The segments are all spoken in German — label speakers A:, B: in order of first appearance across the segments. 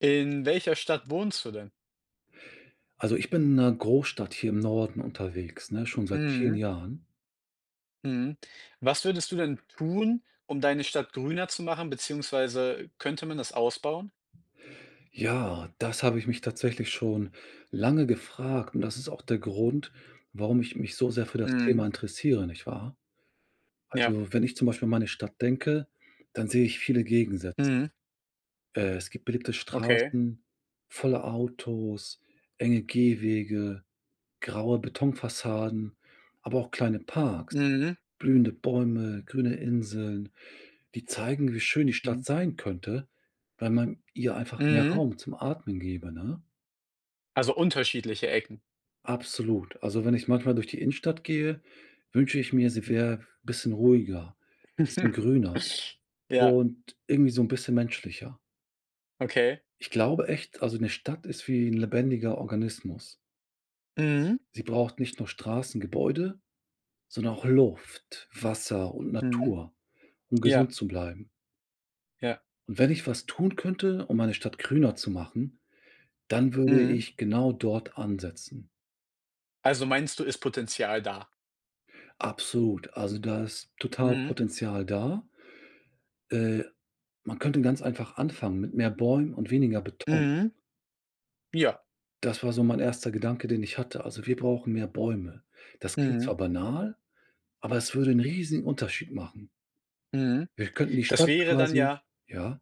A: In welcher Stadt wohnst du denn?
B: Also, ich bin in einer Großstadt hier im Norden unterwegs, ne, schon seit vielen
A: Mhm,
B: Jahren.
A: mhm. Was würdest du denn tun, um deine Stadt grüner zu machen, beziehungsweise könnte man das ausbauen?
B: Ja, das habe ich mich tatsächlich schon lange gefragt und das ist auch der Grund, warum ich mich so sehr für das Thema
A: Mhm,
B: interessiere, nicht wahr?
A: ja.
B: Also, wenn ich zum Beispiel an meine Stadt denke, dann sehe ich viele Gegensätze.
A: Mhm,
B: Es gibt belebte
A: okay.
B: Straßen, volle Autos, enge Gehwege, graue Betonfassaden, aber auch kleine Parks,
A: Mhm,
B: blühende Bäume, grüne Inseln. Die zeigen, wie schön die
A: mhm,
B: Stadt sein könnte, wenn man ihr einfach mehr
A: mhm.
B: Raum zum Atmen gäbe, ne?
A: Also unterschiedliche Ecken.
B: Absolut. Also, wenn ich manchmal durch die Innenstadt gehe, wünsche ich mir, sie wäre bisschen ruhiger, bisschen grüner
A: Ja,
B: und irgendwie so 'n bisschen menschlicher.
A: okay.
B: Ich glaube echt, also 'ne Stadt ist wie 'n lebendiger Organismus.
A: Mhm,
B: Sie braucht nicht nur Straßen, Gebäude, sondern auch Luft, Wasser und
A: mhm.
B: Natur, um
A: Ja,
B: gesund zu bleiben.
A: ja.
B: Und wenn ich was tun könnte, um meine Stadt grüner zu machen, dann würde
A: Mhm.
B: ich genau dort ansetzen.
A: Also meinst du, ist Potenzial da?
B: Absolut. Also, da ist total
A: Mhm,
B: Potenzial da. Äh, Man könnte ganz einfach anfangen mit mehr Bäumen und weniger Beton.
A: mhm. Ja.
B: Das war so mein erster Gedanke, den ich hatte. Also, wir brauchen mehr Bäume. Das klingt
A: Mhm,
B: zwar banal, aber es würde einen riesigen Unterschied machen.
A: mhm.
B: Wir könnten die
A: Das
B: Stadt
A: wäre dann
B: quasi,
A: ja
B: ja?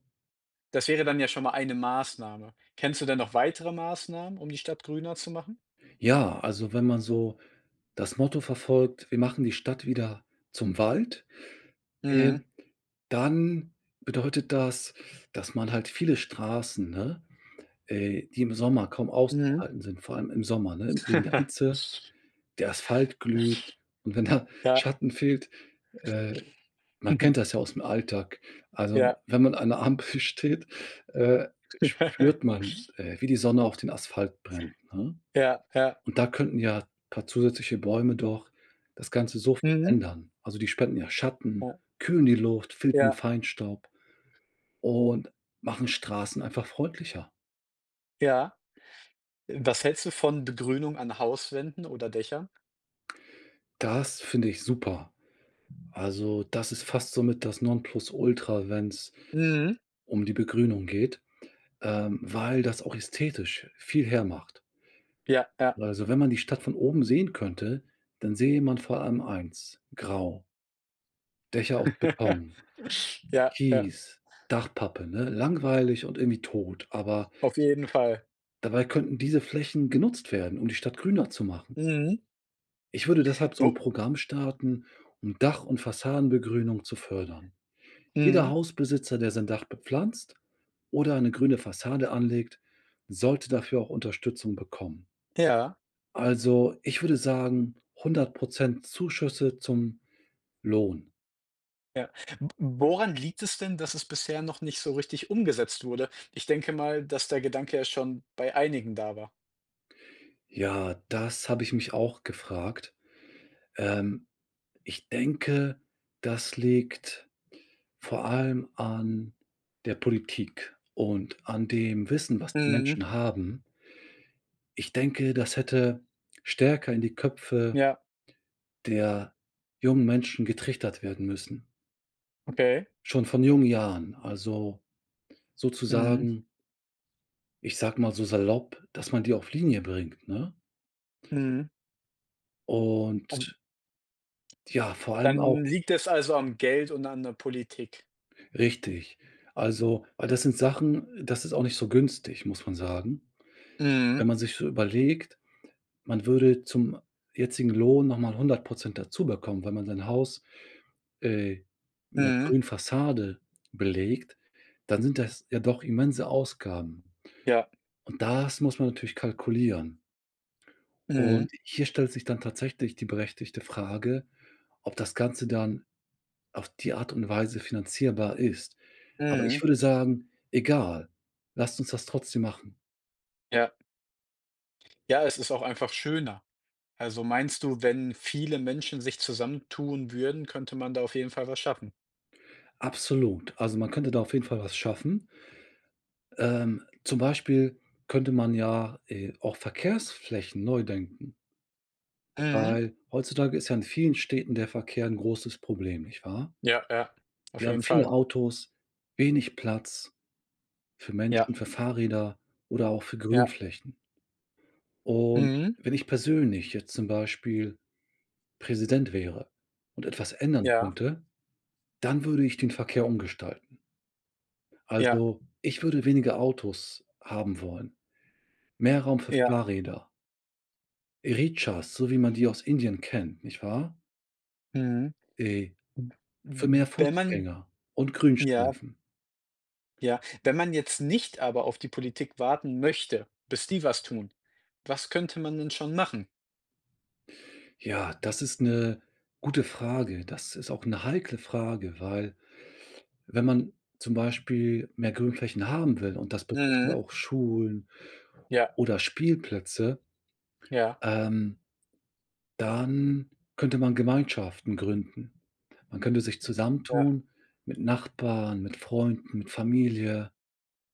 A: Das wäre dann ja schon mal eine Maßnahme. Kennst du denn noch weitere Maßnahmen, um die Stadt grüner zu machen?
B: Ja, also, wenn man so das Motto verfolgt: „Wir machen die Stadt wieder zum Wald", äh,
A: Mhm,
B: dann bedeutet das, dass man halt viele Straßen, ne, die im Sommer kaum
A: mhm.
B: auszuhalten sind, vor allem im Sommer, ne, wegen der Hitze, der Asphalt glüht und wenn da
A: Ja,
B: Schatten fehlt, äh, man kennt das ja aus'm Alltag. Also,
A: ja,
B: wenn man an 'ner Ampel steht, äh, spürt man, wie die Sonne auf den Asphalt brennt, ne?
A: ja, ja,
B: Und da könnten ja paar zusätzliche Bäume doch das Ganze sofort
A: mhm,
B: ändern. Also, die spenden ja Schatten,
A: ja,
B: kühlen die Luft, filtern
A: ja,
B: Feinstaub und machen Straßen einfach freundlicher.
A: ja. Was hältst du von Begrünung an Hauswänden oder Dächern?
B: Das finde ich super. Also, das ist fast somit das Nonplusultra, wenn es
A: Mhm,
B: um die Begrünung geht, weil das auch ästhetisch viel hermacht.
A: ja, ja.
B: Also, wenn man die Stadt von oben sehen könnte, dann sähe man vor allem eins: Grau, Dächer aus Beton,
A: Ja, ja,
B: Kies, Dachpappe, ne? Langweilig und irgendwie tot, aber
A: auf jeden Fall.
B: dabei könnten diese Flächen genutzt werden, um die Stadt grüner zu machen.
A: Mhm.
B: Ich würde deshalb so
A: Wo
B: ein Programm starten, um Dach und Fassadenbegrünung zu fördern. Jeder
A: Mhm,
B: Hausbesitzer, der sein Dach bepflanzt oder eine grüne Fassade anlegt, sollte dafür auch Unterstützung bekommen.
A: ja,
B: Also, ich würde sagen, 100% Zuschüsse zum Lohn.
A: ja. W Woran liegt es denn, dass es bisher noch nicht so richtig umgesetzt wurde? Ich denke mal, dass der Gedanke ja schon bei einigen da war.
B: Ja, das habe ich mich auch gefragt. Ähm, Ich denke, das liegt vor allem an der Politik und an dem Wissen, was die
A: Mhm.
B: Menschen haben. Ich denke, das hätte stärker in die Köpfe
A: Ja,
B: der jungen Menschen getrichtert werden müssen,
A: okay.
B: schon von jungen Jahren. Also,
A: Mhm,
B: sozusagen, ich sag mal so salopp, dass man die auf Linie bringt, ne?
A: mhm. Also,
B: Und ja, vor allem auch.
A: dann liegt es also am Geld und an der Politik?
B: Richtig. Also, weil das sind Sachen, das ist auch nicht so günstig, muss man sagen. Wenn
A: Mhm,
B: man sich so überlegt, man würde zum jetzigen Lohn noch mal 100 dazu bekommen, wenn man sein Haus, äh, mit einer
A: mhm,
B: grünen Fassade belegt, dann sind das ja doch immense Ausgaben.
A: ja,
B: Und das muss man natürlich kalkulieren.
A: mhm,
B: Und hier stellt sich dann tatsächlich die berechtigte Frage, ob das Ganze dann auf die Art und Weise finanzierbar ist. Aber
A: mhm,
B: ich würde sagen: „Egal, lasst uns das trotzdem machen."
A: ja. Ja, es ist auch einfach schöner. Also, meinst du, wenn viele Menschen sich zusammentun würden, könnte man da auf jeden Fall was schaffen?
B: Absolut. Also, man könnte da auf jeden Fall was schaffen. Zum Beispiel könnte man ja, auch Verkehrsflächen neu denken,
A: Mhm,
B: weil heutzutage ist ja in vielen Städten der Verkehr ein großes Problem, nicht wahr?
A: ja, ja, auf
B: Wir haben
A: jeden
B: viele
A: Fall.
B: Autos, wenig Platz. Für
A: Ja,
B: Menschen, für Fahrräder oder auch für
A: ja,
B: Grünflächen. Und
A: mhm,
B: wenn ich persönlich jetzt zum Beispiel Präsident wäre und etwas ändern
A: ja,
B: könnte, dann würde ich den Verkehr umgestalten.
A: ja,
B: Also, ich würde weniger Autos haben wollen, mehr Raum für
A: ja,
B: Fahrräder, Echas, so wie man die aus Indien kennt, nicht wahr?
A: mhm.
B: Äh, für mehr
A: wenn man
B: Fußgänger und
A: Ja.
B: Grünstreifen.
A: Ja, wenn man jetzt nicht aber auf die Politik warten möchte, bis die was tun, was könnte man denn schon machen?
B: Ja, das ist eine gute Frage. Das ist auch eine heikle Frage, weil, wenn man zum Beispiel mehr Grünflächen haben will, und das betrifft ja
A: Mhm.
B: auch Schulen
A: Ja,
B: oder Spielplätze,
A: ja,
B: ähm, dann könnte man Gemeinschaften gründen. Man könnte sich
A: ja.
B: zusammentun mit Nachbarn, mit Freunden, mit Familie.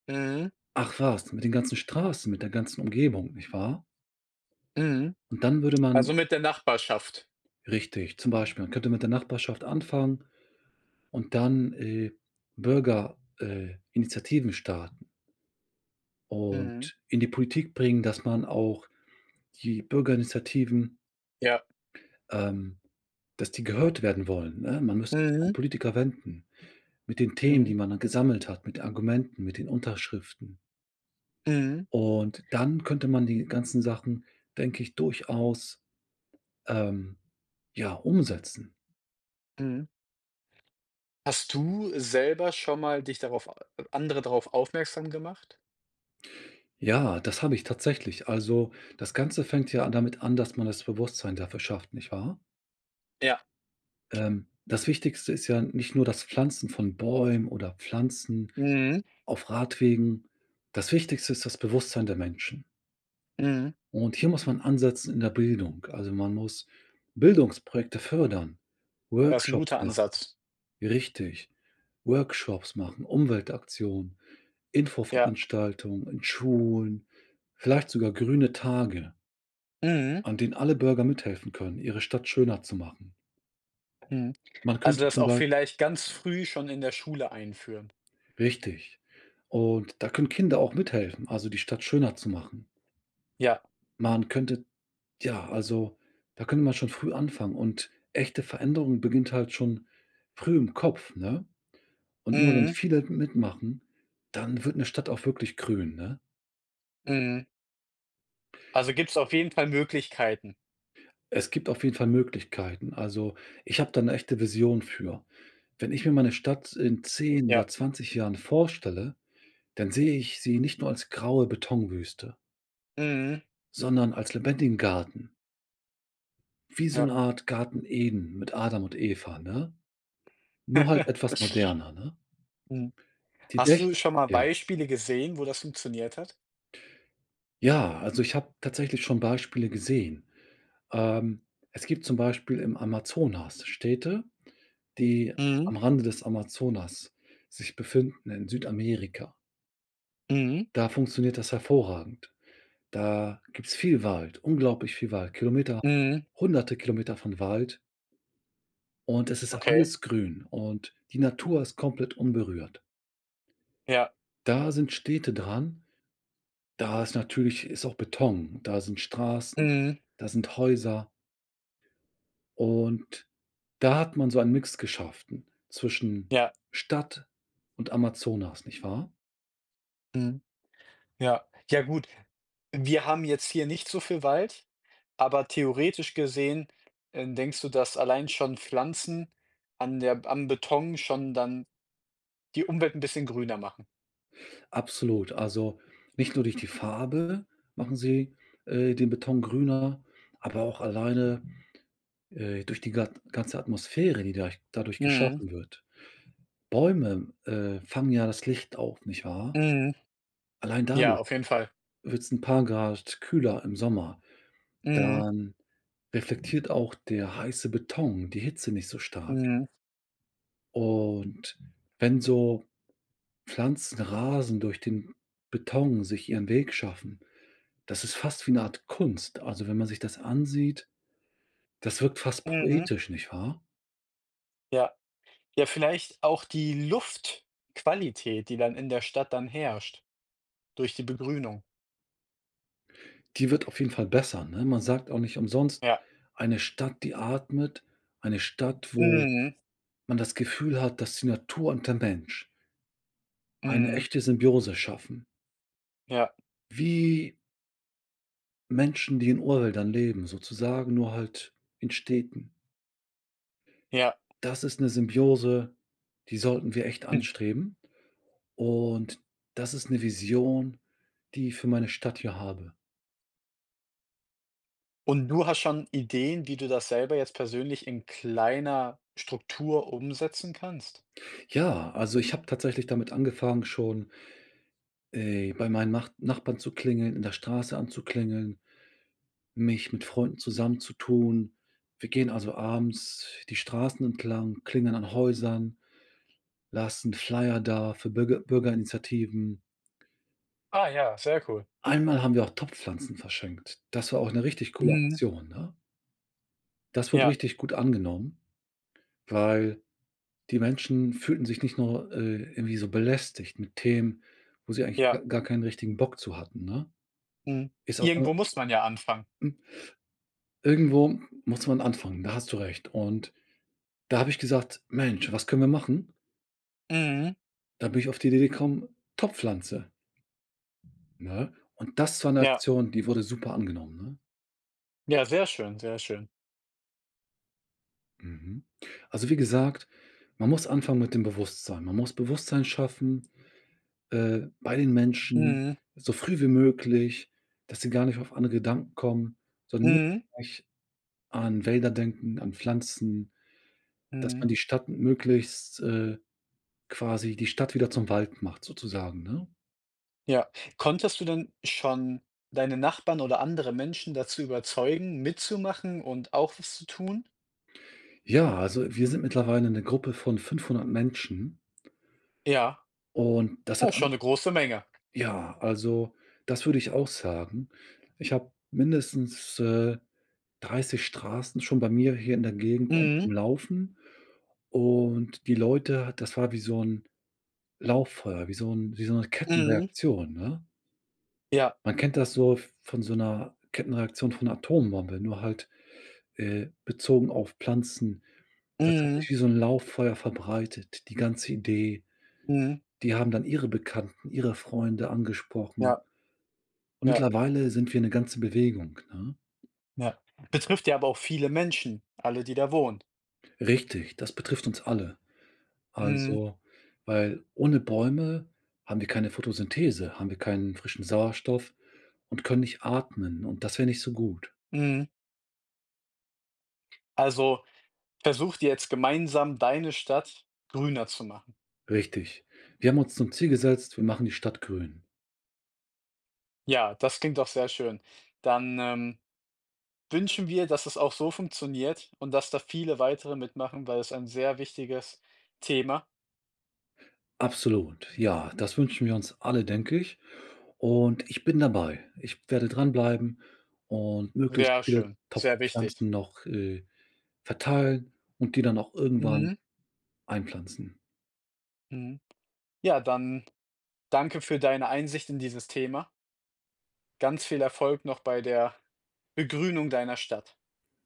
A: Mhm,
B: Ach was, mit den ganzen Straßen, mit der ganzen Umgebung, nicht wahr?
A: mhm.
B: Und dann würde
A: Also,
B: man,
A: mit der Nachbarschaft.
B: richtig, zum Beispiel, man könnte mit der Nachbarschaft anfangen und dann, Bürger Initiativen starten
A: Mhm.
B: und in die Politik bringen, dass man auch die Bürgerinitiativen,
A: Ja.
B: ähm dass die gehört werden wollen, ne? Man müsste sich an
A: Mhm,
B: Politiker wenden mit den Themen, die
A: mhm,
B: man dann gesammelt hat, mit den Argumenten, mit den Unterschriften.
A: mhm,
B: Und dann könnte man die ganzen Sachen, denke ich, durchaus, ähm, ja, umsetzen.
A: mhm. Hast du selber schon mal dich darauf a andere darauf aufmerksam gemacht?
B: Ja, das habe ich tatsächlich. Also, das Ganze fängt ja damit an, dass man das Bewusstsein dafür schafft, nicht wahr?
A: Ja.
B: Das Wichtigste ist ja nicht nur das Pflanzen von Bäumen oder Pflanzen
A: Mhm,
B: auf Radwegen. Das Wichtigste ist das Bewusstsein der Menschen.
A: mhm.
B: Und hier muss man ansetzen in der Bildung. Also, man muss Bildungsprojekte fördern,
A: Das ist ein guter
B: Workshops machen.
A: Ansatz.
B: Richtig. Workshops machen, Umweltaktionen,
A: Ja.
B: Infoveranstaltungen in Schulen, vielleicht sogar grüne Tage,
A: Mhm,
B: an denen alle Bürger mithelfen können, ihre Stadt schöner zu machen.
A: mhm.
B: Man
A: Also,
B: könnte
A: das
B: zum
A: auch
B: Beispiel.
A: vielleicht ganz früh schon in der Schule einführen.
B: Richtig. Und da können Kinder auch mithelfen, also die Stadt schöner zu machen.
A: Ja.
B: Man könnte ja, also, da könnte man schon früh anfangen und echte Veränderung beginnt halt schon früh im Kopf, ne? Und nur wenn
A: Mhm,
B: viele mitmachen, dann wird eine Stadt auch wirklich grün, ne?
A: mhm. Also, gibt's auf jeden Fall Möglichkeiten.
B: Es gibt auf jeden Fall Möglichkeiten. Also, ich habe da eine echte Vision für. Wenn ich mir meine Stadt in zehn oder
A: Ja.
B: zwanzig Jahren vorstelle, dann sehe ich sie nicht nur als graue Betonwüste,
A: Mhm.
B: sondern als lebendigen Garten. Wie so
A: Ja.
B: eine Art Garten Eden mit Adam und Eva, ne? Nur halt etwas moderner, ne?
A: Mhm.
B: Die
A: Hast
B: echt?
A: du schon mal
B: Ja.
A: Beispiele gesehen, wo das funktioniert hat?
B: Ja, also ich habe tatsächlich schon Beispiele gesehen. Es gibt zum Beispiel im Amazonas Städte, die
A: Mhm.
B: am Rande des Amazonas sich befinden in Südamerika.
A: Mhm.
B: Da funktioniert das hervorragend. Da gibt's viel Wald, unglaublich viel Wald, Kilometer
A: Mhm.
B: hunderte Kilometer von Wald, und es ist
A: Okay.
B: alles grün und die Natur ist komplett unberührt.
A: Ja.
B: Da sind Städte dran, da ist natürlich ist auch Beton, da sind Straßen,
A: Mhm.
B: da sind Häuser. Und da hat man so einen Mix geschafft zwischen
A: Ja.
B: Stadt und Amazonas, nicht wahr?
A: Mhm. Ja. Ja gut, wir haben jetzt hier nicht so viel Wald, aber theoretisch gesehen, denkst du, dass allein schon Pflanzen an der am Beton schon dann die Umwelt ein bisschen grüner machen?
B: Absolut. Also, nicht nur durch die Farbe machen sie, den Beton grüner, aber auch alleine, durch die gat ganze Atmosphäre, die da dadurch
A: Mhm.
B: geschaffen wird. Bäume, fangen ja das Licht auf, nicht wahr?
A: Mhm.
B: Allein
A: Ja,
B: dadurch
A: auf jeden Fall.
B: wird es ein paar Grad kühler im Sommer.
A: Mhm.
B: Dann reflektiert auch der heiße Beton die Hitze nicht so stark.
A: Mhm.
B: Und wenn so Pflanzenrasen durch den Beton sich ihren Weg schaffen, das ist fast wie 'ne Art Kunst. Also, wenn man sich das ansieht, das wirkt fast
A: Mhm.
B: poetisch, nicht wahr?
A: Ja. Ja, vielleicht auch die Luftqualität, die dann in der Stadt dann herrscht durch die Begrünung.
B: Die wird auf jeden Fall besser, ne? Man sagt auch nicht umsonst:
A: Ja.
B: „Eine Stadt, die atmet, eine Stadt, wo
A: Mhm,
B: man das Gefühl hat, dass die Natur und der Mensch eine
A: mhm,
B: echte Symbiose schaffen."
A: ja,
B: Wie Menschen, die in Urwäldern leben, sozusagen, nur halt in Städten.
A: ja.
B: Das ist 'ne Symbiose, die sollten wir echt
A: Hm.
B: anstreben, und das ist 'ne Vision, die ich für meine Stadt hier habe.
A: Und du hast schon Ideen, wie du das selber jetzt persönlich in kleiner Struktur umsetzen kannst?
B: Ja, also, ich habe tatsächlich damit angefangen, schon, bei meinen Nachbarn zu klingeln, in der Straße anzuklingeln, mich mit Freunden zusammenzutun. Wir gehen also abends die Straßen entlang, klingeln an Häusern, lassen Flyer da für Bürgerinitiativen.
A: Ah ja, sehr cool.
B: Einmal haben wir auch Topfpflanzen verschenkt. Das war auch 'ne richtig coole
A: Mhm.
B: Aktion, ne? Das wurde
A: Ja,
B: richtig gut angenommen, weil die Menschen fühlten sich nicht nur, irgendwie so belästigt mit Themen, wo sie eigentlich ga
A: ja.
B: gar keinen richtigen Bock zu hatten, ne?
A: Mhm.
B: Ist auch.
A: Irgendwo muss man ja anfangen.
B: Hm, irgendwo muss man anfangen, da hast du recht. Und da habe ich gesagt: „Mensch, was können wir machen?"
A: Mhm.
B: Da bin ich auf die Idee gekommen, Topfpflanze, ne? Und das war eine
A: Ja.
B: Aktion, die wurde super angenommen, ne?
A: Ja, sehr schön, sehr schön.
B: Mhm. Also, wie gesagt, man muss anfangen mit dem Bewusstsein. Man muss Bewusstsein schaffen, bei den Menschen,
A: Mhm.
B: so früh wie möglich, dass sie gar nicht auf andere Gedanken kommen, sondern nur
A: Mhm.
B: gleich an Wälder denken, an Pflanzen, dass
A: Mhm.
B: man die Stadt möglichst, quasi die Stadt wieder zum Wald macht sozusagen, ne?
A: Ja. Konntest du denn schon deine Nachbarn oder andere Menschen dazu überzeugen, mitzumachen und auch was zu tun?
B: Ja, also wir sind mittlerweile 'ne Gruppe von 500 Menschen
A: Ja,
B: und das
A: ja,
B: hat
A: schon
B: an.
A: eine große Menge.
B: Ja, also, das würde ich auch sagen. Ich habe mindestens, 30 Straßen schon bei mir hier in der Gegend
A: Mhm,
B: umlaufen, und die Leute, das war wie so ein Lauffeuer, wie so 'ne
A: mhm,
B: Kettenreaktion, ne?
A: ja,
B: Man kennt das so von so einer Kettenreaktion von 'ner Atombombe, nur halt, bezogen auf Pflanzen. Das hat sich
A: mhm,
B: wie so ein Lauffeuer verbreitet, die ganze Idee.
A: mhm,
B: Die haben dann ihre Bekannten, ihre Freunde angesprochen.
A: ja,
B: Und
A: ja,
B: mittlerweile sind wir eine ganze Bewegung, ne?
A: ja. Betrifft ja aber auch viele Menschen, alle, die da wohnen.
B: Richtig, das betrifft uns alle.
A: Mhm,
B: Also, weil ohne Bäume haben wir keine Photosynthese, haben wir keinen frischen Sauerstoff und können nicht atmen und das wäre nicht so gut.
A: mhm. Also, versucht ihr jetzt gemeinsam deine Stadt grüner zu machen.
B: Richtig. Wir haben uns zum Ziel gesetzt, wir machen die Stadt grün.
A: Ja, das klingt doch sehr schön. Dann, wünschen wir, dass es auch so funktioniert und dass da viele weitere mitmachen, weil es ein sehr wichtiges Thema.
B: Absolut. Ja, das wünschen wir uns alle, denke ich. Und ich bin dabei. Ich werde dranbleiben und möglichst
A: Sehr
B: viele
A: schön, sehr wichtig.
B: Topfpflanzen noch, verteilen und die dann auch irgendwann
A: Mhm,
B: einpflanzen.
A: mhm. Ja, dann danke für deine Einsicht in dieses Thema. Ganz viel Erfolg noch bei der Begrünung deiner Stadt.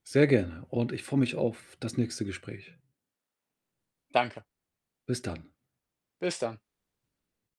B: Sehr gerne und ich freue mich auf das nächste Gespräch.
A: Danke.
B: Bis dann.
A: Bis dann.